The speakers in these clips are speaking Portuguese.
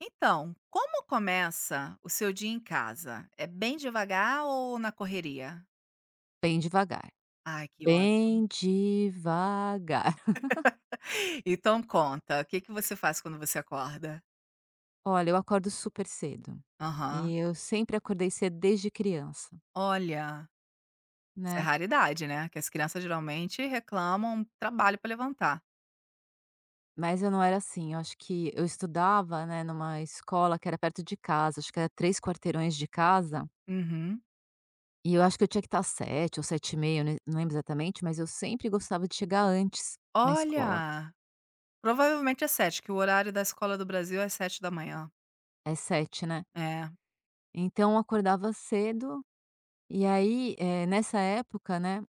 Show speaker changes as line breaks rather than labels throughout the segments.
Então, como começa o seu dia em casa? É bem devagar ou na correria?
Bem devagar,
Ai, que ótimo.
bem devagar.
Então conta, o que que você faz quando você acorda?
Olha, eu acordo super cedo,
Aham.
e eu sempre acordei cedo desde criança,
Olha, isso é
né,
raridade, né, que as crianças geralmente reclamam trabalho para levantar.
mas eu não era assim, eu acho que eu estudava, né, numa escola que era perto de casa, acho que era 3 quarteirões de casa,
Uhum.
e eu acho que eu tinha que estar sete ou sete e 30 eu ne não lembro exatamente, mas eu sempre gostava de chegar antes na escola.
Olha, provavelmente é 7h, que o horário da escola do Brasil é 7h da manhã.
É sete, né.
É.
Então eu acordava cedo, e aí, nessa época, né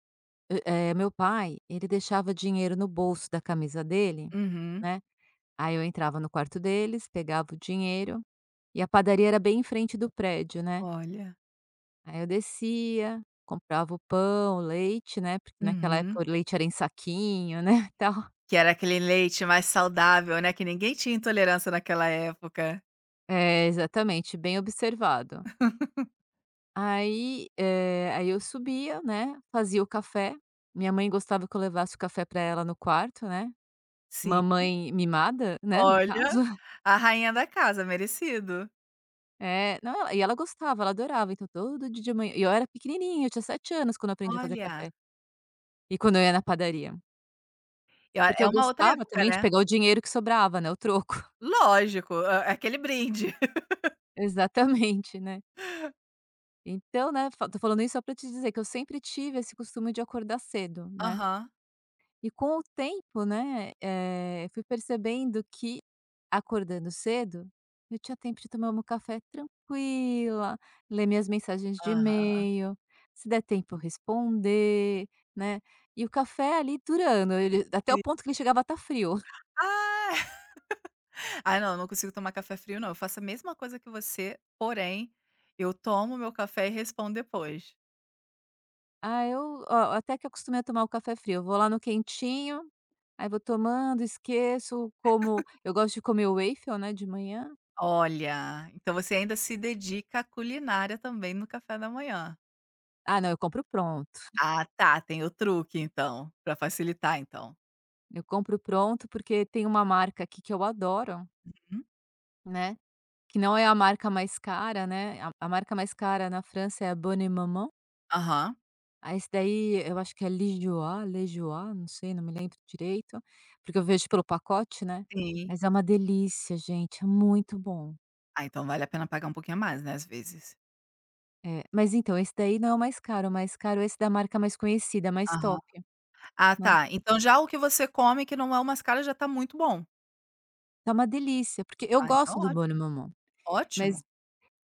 eh, meu pai, ele deixava dinheiro no bolso da camisa dele,
Uhum.
né, aí eu entrava no quarto deles, pegava o dinheiro, e a padaria era bem em frente do prédio, né,
Olha.
aí eu descia, comprava o pão, o leite, né, porque naquela
Uhum.
época o leite era em saquinho, né, tal.
Que era aquele leite mais saudável, né, que ninguém tinha intolerância naquela época.
É, exatamente, bem observado. Aí, eu subia, né, fazia o café, minha mãe gostava que eu levasse o café para ela no quarto, né,
Sim,
mamãe mimada, né, no
olha,
caso.
a rainha da casa, merecido.
É, não, e ela gostava, ela adorava, então todo dia de manhã e eu era pequenininha, eu tinha 7 anos quando eu aprendi a fazer
Olha,
café, e quando eu ia na padaria.
e olha,
Porque
é
eu
uma outra
gostava
época,
também de
né.
pegar o dinheiro que sobrava, né, o troco.
Lógico, é aquele brinde.
Exatamente, né. Então, né, fa tô falando isso só pra te dizer que eu sempre tive esse costume de acordar cedo, né.
Aham,
E com o tempo, né, fui percebendo que, acordando cedo, eu tinha tempo de tomar meu café tranquila, ler minhas mensagens de
aham,
e-mail, se der tempo eu responder, né. E o café ali durando, ele até o
sim.
ponto que ele chegava a estar frio.
Ah, ah não, eu não consigo tomar café frio não, eu faço a mesma coisa que você, porém, eu tomo meu café e respondo depois.
Ah, eu ó, até que acostumei a tomar o café frio, eu vou lá no quentinho, aí vou tomando, esqueço, como eu gosto de comer o waffle, né, de manhã.
Olha, então você ainda se dedica à culinária também no café da manhã.
Ah não, eu compro pronto.
Ah tá, tem o truque então, pra facilitar então.
Eu compro pronto, porque tem uma marca aqui que eu adoro,
Uhum.
né, que não é a marca mais cara, né, a marca mais cara na França é a Bonne Maman,
Aham,
aí esse daí eu acho que é Lijoie, Lejoie, não sei, não me lembro direito, porque eu vejo pelo pacote, né,
sim.
mas é uma delícia gente, é muito bom.
Ah, então vale a pena pagar um pouquinho a mais, né, às vezes.
É, mas então esse daí não é o mais caro é esse da marca mais conhecida, mais
Aham.
top,
Ah,
né.
tá. Então já o que você come, que não é umas caras, já tá muito bom.
Tá uma delícia, porque eu
Ah, então
gosto do Bonne
ótimo.
Maman, mas
Ótimo.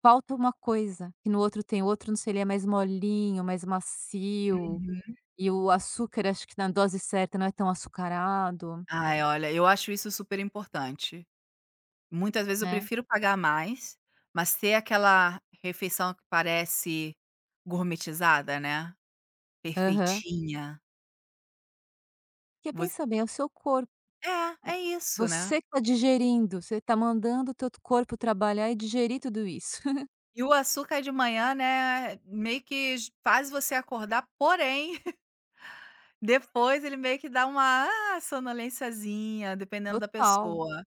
falta uma coisa, que no outro tem, outro não sei, ele é mais molinho, mais macio,
Uhum.
e o açúcar acho que na dose certa não é tão açucarado,
Ai, olha, eu acho isso super importante. Muitas vezes eu
né.
prefiro pagar mais, mas ter aquela refeição que parece gourmetizada, né,
Aham.
perfeitinha.
Porque
Você
pensa bem, é o seu corpo,
é isso, né.
você que está digerindo, você está mandando o teu corpo trabalhar e digerir tudo isso.
E o açúcar de manhã, né, meio que j faz você acordar, porém, depois ele meio que dá uma sonolênciazinha, dependendo da
Total,
pessoa.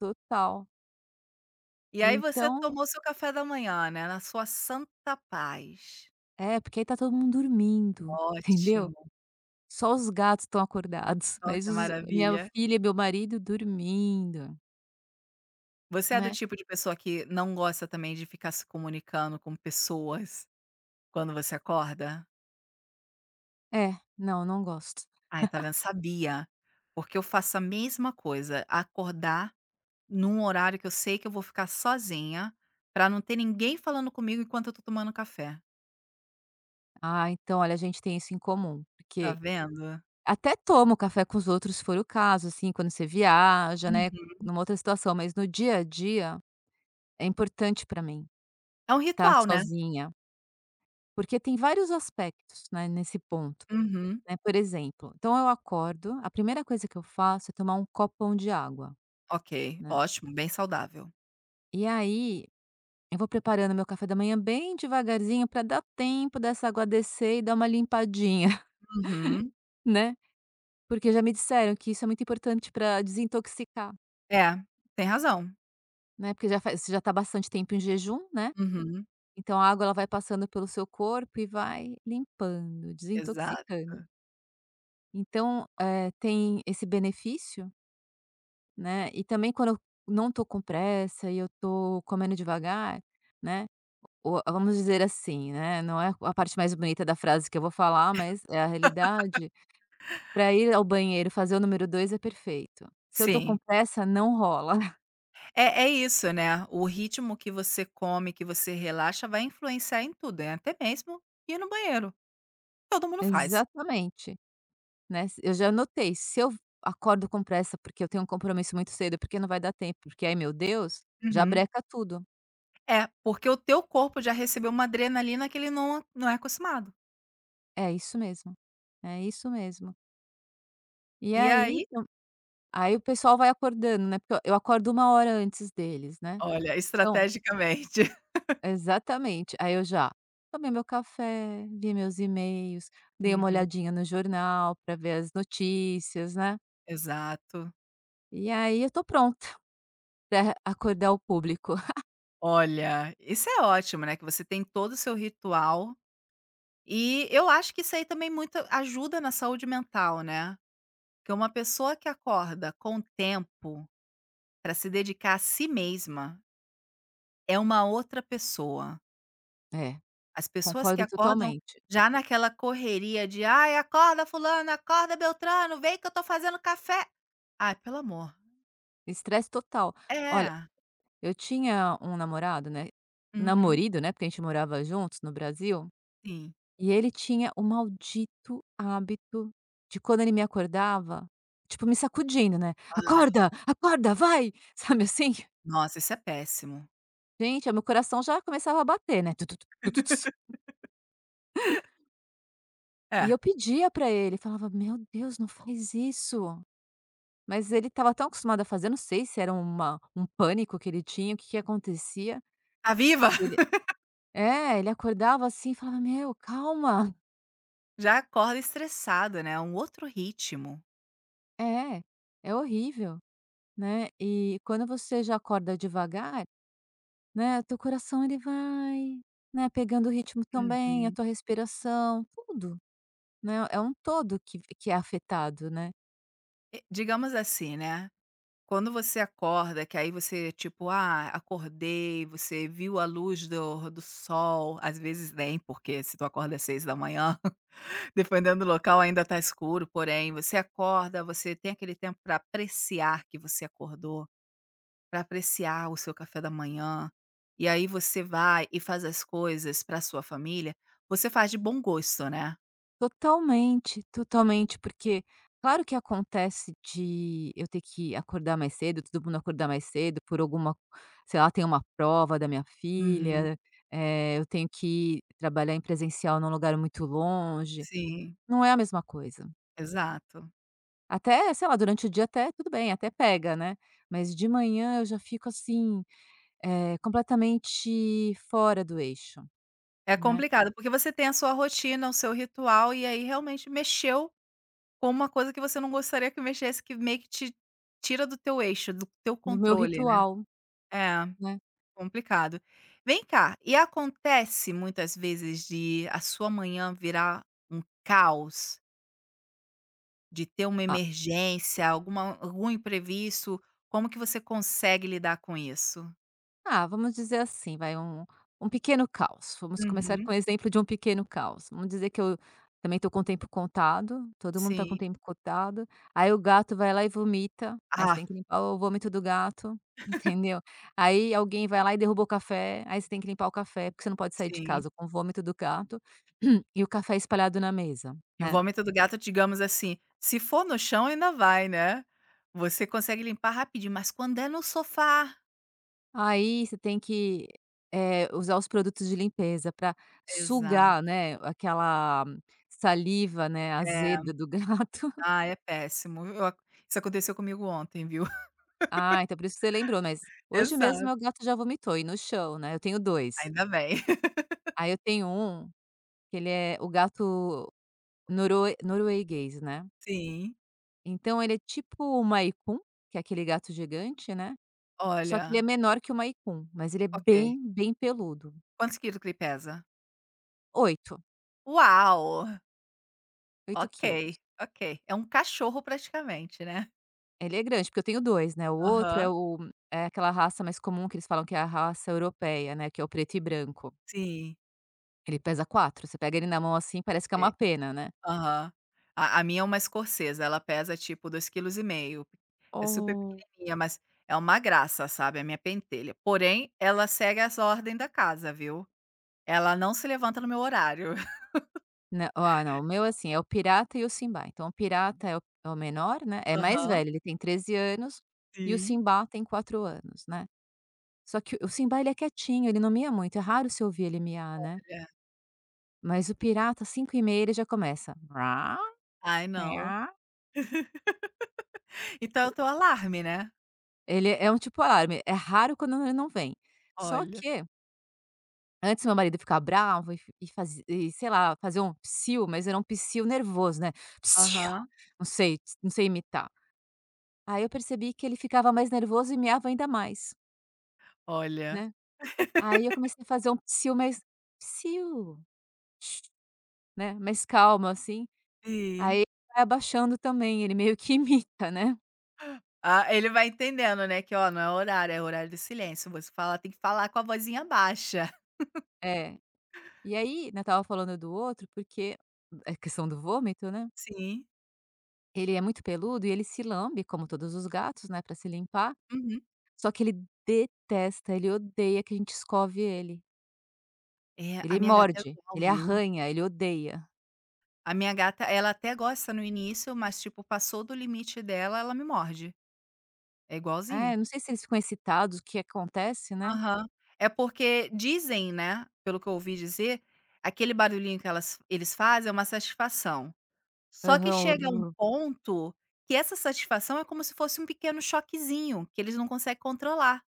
total.
E aí você
Então
tomou seu café da manhã, né, na sua santa paz.
é, porque aí tá todo mundo dormindo, entendeu.
Ótimo,
Só os gatos estão acordados,
ó
mas
que
os minha
maravilha.
filha e meu marido dormindo,
Você é do
né.
tipo de pessoa que não gosta também de ficar se comunicando com pessoas quando você acorda?
É, não, não gosto.
Ai, tá vendo, sabia, porque eu faço a mesma coisa, acordar num horário que eu sei que eu vou ficar sozinha, pra não ter ninguém falando comigo enquanto eu tô tomando café,
Ah, então olha, a gente tem isso em comum,
tá
porque
vendo?
até tomo café com os outros, se for o caso, assim, quando você viaja, né, numa outra situação, mas no dia a dia é importante para mim
É um
estar
ritual, né.
sozinha, porque tem vários aspectos, né, nesse ponto,
Uhum.
né. Por exemplo, então eu acordo, a primeira coisa que eu faço é tomar um copão de água,
Ok,
né.
ótimo, bem saudável.
E aí eu vou preparando meu café da manhã bem devagarzinho para dar tempo dessa água descer e dar uma limpadinha,
Uhum.
né, porque já me disseram que isso é muito importante para desintoxicar.
É, tem razão.
Né, porque já faz você já está bastante tempo em jejum, né,
Uhum.
então a água ela vai passando pelo seu corpo e vai limpando,
Exato.
desintoxicando. Então, tem esse benefício, né, e também quando eu não estou com pressa e eu estou comendo devagar, né, o vamos dizer assim, né, não é a parte mais bonita da frase que eu vou falar, mas é a realidade, para ir ao banheiro fazer o número 2 é perfeito. Se eu tô com
Sim.
pressa, não rola.
É isso, né, o ritmo que você come, que você relaxa, vai influenciar em tudo, é até mesmo ir no banheiro, todo mundo faz.
Exatamente. Né, eu já anotei, se eu acordo com pressa porque eu tenho um compromisso muito cedo, é porque não vai dar tempo, porque, aí meu Deus, já
Uhum.
breca tudo.
É, porque o teu corpo já recebeu uma adrenalina que ele não é acostumado.
É isso mesmo, é isso mesmo. E
E
aí
aí
então aí o pessoal vai acordando, né, porque eu acordo uma hora antes deles, né.
olha,
Então
estrategicamente.
exatamente, aí eu já tomei meu café, vi meus e-mails, dei uma
Uhum.
olhadinha no jornal para ver as notícias, né,
Exato.
e aí eu tô pronta para acordar o público.
Olha, isso é ótimo, né, que você tem todo o seu ritual. E eu acho que isso aí também muito ajuda na saúde mental, né, porque uma pessoa que acorda com tempo para se dedicar a si mesma, é uma outra pessoa.
É,
As pessoas que
concordo
acordam
totalmente.
já naquela correria de: "Ai, acorda fulano, acorda Beltrano, vem que eu tô fazendo café". Ai, pelo amor.
Estresse total. Olha,
É.
eu tinha um namorado, né,
Uhum,
namorido, né, porque a gente morava juntos no Brasil,
sim.
e ele tinha o maldito hábito de quando ele me acordava, tipo, me sacudindo, né:
Ah,
"Acorda, acorda, vai!", sabe assim?
nossa, isso é péssimo.
Gente, o meu coração já começava a bater, né, tu-tu-tu, tu-tu-tus. E
É.
eu pedia pra ele, falava: "Meu Deus, não faz isso!". Mas ele estava tão acostumado a fazer, não sei se era uma um pânico que ele tinha, o que que acontecia.
Tá viva?
Ele é, ele acordava assim e falava: "Meu, calma".
Já acorda estressada, né, é um outro ritmo.
É, é horrível, né. E quando você já acorda devagar, né, teu coração ele vai, né, pegando o ritmo também, a
Uhum.
tua respiração, tudo, né, é um todo que é afetado, né.
E digamos assim, né, quando você acorda, que aí você, tipo: "Ah, acordei", você viu a luz do sol, às vezes nem, porque se tu acorda às 6h da manhã dependendo do local, ainda tá escuro, porém, você acorda, você tem aquele tempo para apreciar que você acordou, para apreciar o seu café da manhã, e aí você vai e faz as coisas pra sua família, você faz de bom gosto, né.
Totalmente, totalmente, porque claro que acontece de eu ter que acordar mais cedo, todo mundo acordar mais cedo por alguma sei lá, tem uma prova da minha
Uhum.
filha, eu tenho que trabalhar em presencial num lugar muito longe,
Sim,
não é a mesma coisa.
exato.
Até, sei lá, durante o dia até tudo bem, até pega, né, mas de manhã eu já fico assim, completamente fora do eixo,
É
né,
complicado, porque você tem a sua rotina, o seu ritual, e aí realmente mexeu com uma coisa que você não gostaria que mexesse, que meio que te tira do teu eixo, do teu
do meu
controle, né.
ritual,
É,
né.
complicado. Vem cá, e acontece muitas vezes de a sua manhã virar um caos, de ter uma emergência, algum imprevisto, como que você consegue lidar com isso?
Ah, vamos dizer assim, vai um pequeno caos. Vamos começar
Uhum,
com o exemplo de um pequeno caos. Vamos dizer que eu também estou com o tempo contado, todo mundo está com o
sim.
tempo contado, aí o gato vai lá e vomita, aí você
Ah,
tem que limpar o vômito do gato, entendeu? Aí alguém vai lá e derruba o café, aí você tem que limpar o café, porque você não pode sair de
sim.
casa com o vômito do gato e o café espalhado na mesa,
E o
né?
vômito do gato, digamos assim, se for no chão ainda vai, né. Você consegue limpar rapidinho, mas quando é no sofá.
Aí você tem que, usar os produtos de limpeza para sugar,
Exato.
né, aquela saliva, né,
É.
azeda do gato.
Ah, é péssimo. Eu a isso aconteceu comigo ontem, viu.
Ah, então por isso que você lembrou, mas hoje mesmo
Exato.
meu gato já vomitou e no chão, né, eu tenho 2.
Ainda bem.
Aí eu tenho um que ele é o gato norueguês, né.
Sim.
Então ele é tipo o Maine Coon, que é aquele gato gigante, né, só que ele é
Olha,
menor que o Maine Coon, mas ele é
ok.
bem, bem peludo.
Quantos quilos que ele pesa?
Oito,
Uau!
oito
Ok,
quilos.
ok. É um cachorro praticamente, né.
Ele é grande, porque eu tenho 2, né, o outro é
Aham.
o é aquela raça mais comum que eles falam que é a raça europeia, né, que é o preto e branco.
Sim,
Ele pesa 4. Você pega ele na mão, assim, parece que é
ok.
uma pena, né.
Aham. A minha é uma escocesa, ela pesa tipo dois quilos e meio. É super
Oh.
pequenininha, mas é uma graça, sabe, a minha pentelha. Porém, ela segue as ordem da casa, viu. Ela não se levanta no meu horário.
Não, ah, não, o meu, é assim, é o Pirata e o Simba. Então, o Pirata é o menor, né, é mais
Aham.
velho, ele tem 13 anos e o
Sim.
Simba tem 4 anos, né. Só que o Simba ele é quietinho, ele não mia muito, é raro você ouvir ele miar, né.
Olha.
Mas o Pirata, cinco e 30 ele já começa.
Ai, não. Então é o teu alarme, né?
Ele é um tipo alarme, é raro quando ele não vem. Só
Olha.
que, antes meu marido ficar bravo e sei lá, fazer um psiu, mas era um psiu nervoso, né. "Psiu",
Aham.
não sei não sei imitar. Aí eu percebi que ele ficava mais nervoso e meava ainda mais,
Olha.
né. Aí eu comecei a fazer um psiu mais "psiu", né, mais calmo assim,
Sim.
aí vai abaixando também, ele meio que imita, né.
Ah, ele vai entendendo, né, que, ó, não é horário, é horário do silêncio. Você fala tem que falar com a vozinha baixa.
É. E aí, né, estava falando do outro, porque é questão do vômito, né.
Sim.
Ele é muito peludo e ele se lambe, como todos os gatos, né, para se limpar,
Uhum.
só que ele detesta, ele odeia que a gente escove ele.
É, a
Ele
minha gata é
morde,
igual,
ele
viu.
arranha, ele odeia.
A minha gata, ela até gosta no início, mas, tipo, passou do limite dela, ela me morde. É igualzinho.
É, eu não sei se eles ficam excitados, o que acontece, né.
Aham. É porque dizem, né, pelo que eu ouvi dizer, aquele barulhinho que elas eles fazem é uma satisfação. Só que
Aham.
chega um
Urr.
ponto que essa satisfação é como se fosse um pequeno choquezinho, que eles não conseguem controlar.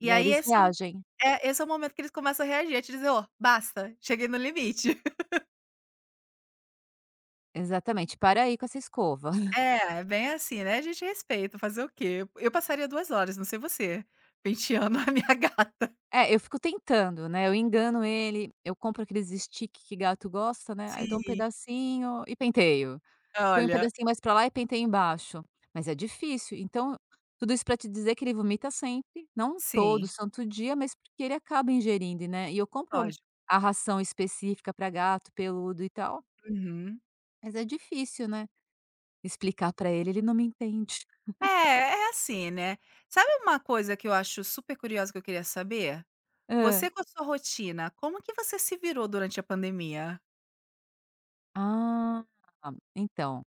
E
E aí
aí
eles reagem.
esse é o momento que eles começam a reagir, a te dizer: "Ó, basta, cheguei no limite".
Exatamente. "Para aí com essa escova".
É bem assim, né, a gente respeita, fazer o quê? Eu passaria 2 horas, não sei você, penteando a minha gata.
É, eu fico tentando, né, eu engano ele, eu compro aqueles stick que gato gosta, né, aí eu dou um
Sim,
pedacinho e penteio. Põe um
olha
pedacinho mais pra lá e penteia embaixo. Mas é difícil, então tudo isso pra te dizer que ele vomita sempre, não todo
sim,
santo dia, mas porque ele acaba ingerindo, né, e eu compro
lógico.
a ração específica pra gato peludo e tal,
Uhum.
mas é difícil, né, explicar pra ele, ele não me entende.
É assim, né. Sabe uma coisa que eu acho super curiosa que eu queria saber?
Hã.
Você com a sua rotina, como que você se virou durante a pandemia?
Ah, então,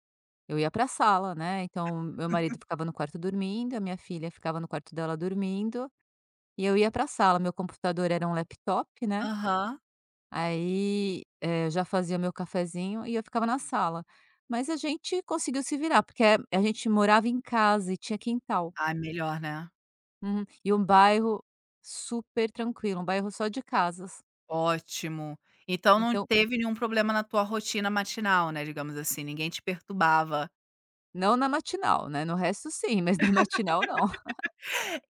eu ia pra sala, né, então meu marido ficava no quarto dormindo, a minha filha ficava no quarto dela dormindo, e eu ia pra sala, meu computador era um laptop, né.
Aham.
Aí, eu já fazia meu cafezinho e eu ficava na sala. Mas a gente conseguiu se virar, porque a gente morava em casa e tinha quintal.
Ah, melhor, né.
Uhum. E um bairro super tranquilo, um bairro só de casas.
Ótimo. Então não
Então,
teve nenhum problema na tua rotina matinal, né, digamos assim, ninguém te perturbava.
não na matinal, né, no resto sim, mas na matinal não,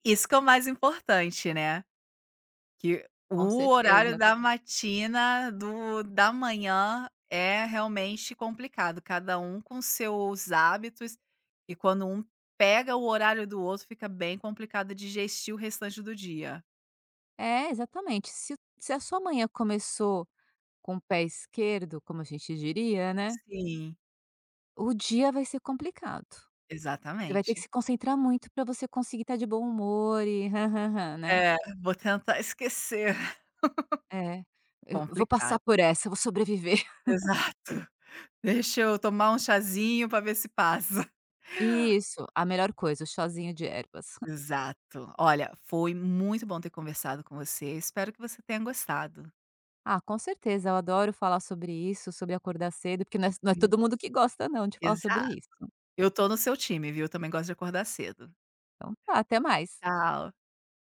Isso que é o mais importante, né, que
com
o horário
certeza.
da matina do da manhã é realmente complicado, cada um com seus hábitos, e quando um pega o horário do outro, fica bem complicado de gestir o restante do dia.
É, exatamente. Se a sua manhã começou com o pé esquerdo, como a gente diria, né,
Sim.
o dia vai ser complicado. Você vai ter que
Exatamente.
se concentrar muito para você conseguir estar de bom humor e né.
É, vou tentar esquecer.
É. "Eu vou
Complicado.
passar por essa, eu vou sobreviver".
Exato. Deixa eu tomar um chazinho para ver se passa.
Isso, a melhor coisa, o chazinho de ervas.
Exato. Olha, foi muito bom ter conversado com você, espero que você tenha gostado.
Ah, com certeza, eu adoro falar sobre isso, sobre acordar cedo, porque não é
Uhum.
todo mundo que gosta não de falar sobre
Exato.
isso.
Eu tô no seu time, viu, também gosto de acordar cedo.
Então tá, até mais.
Tchau.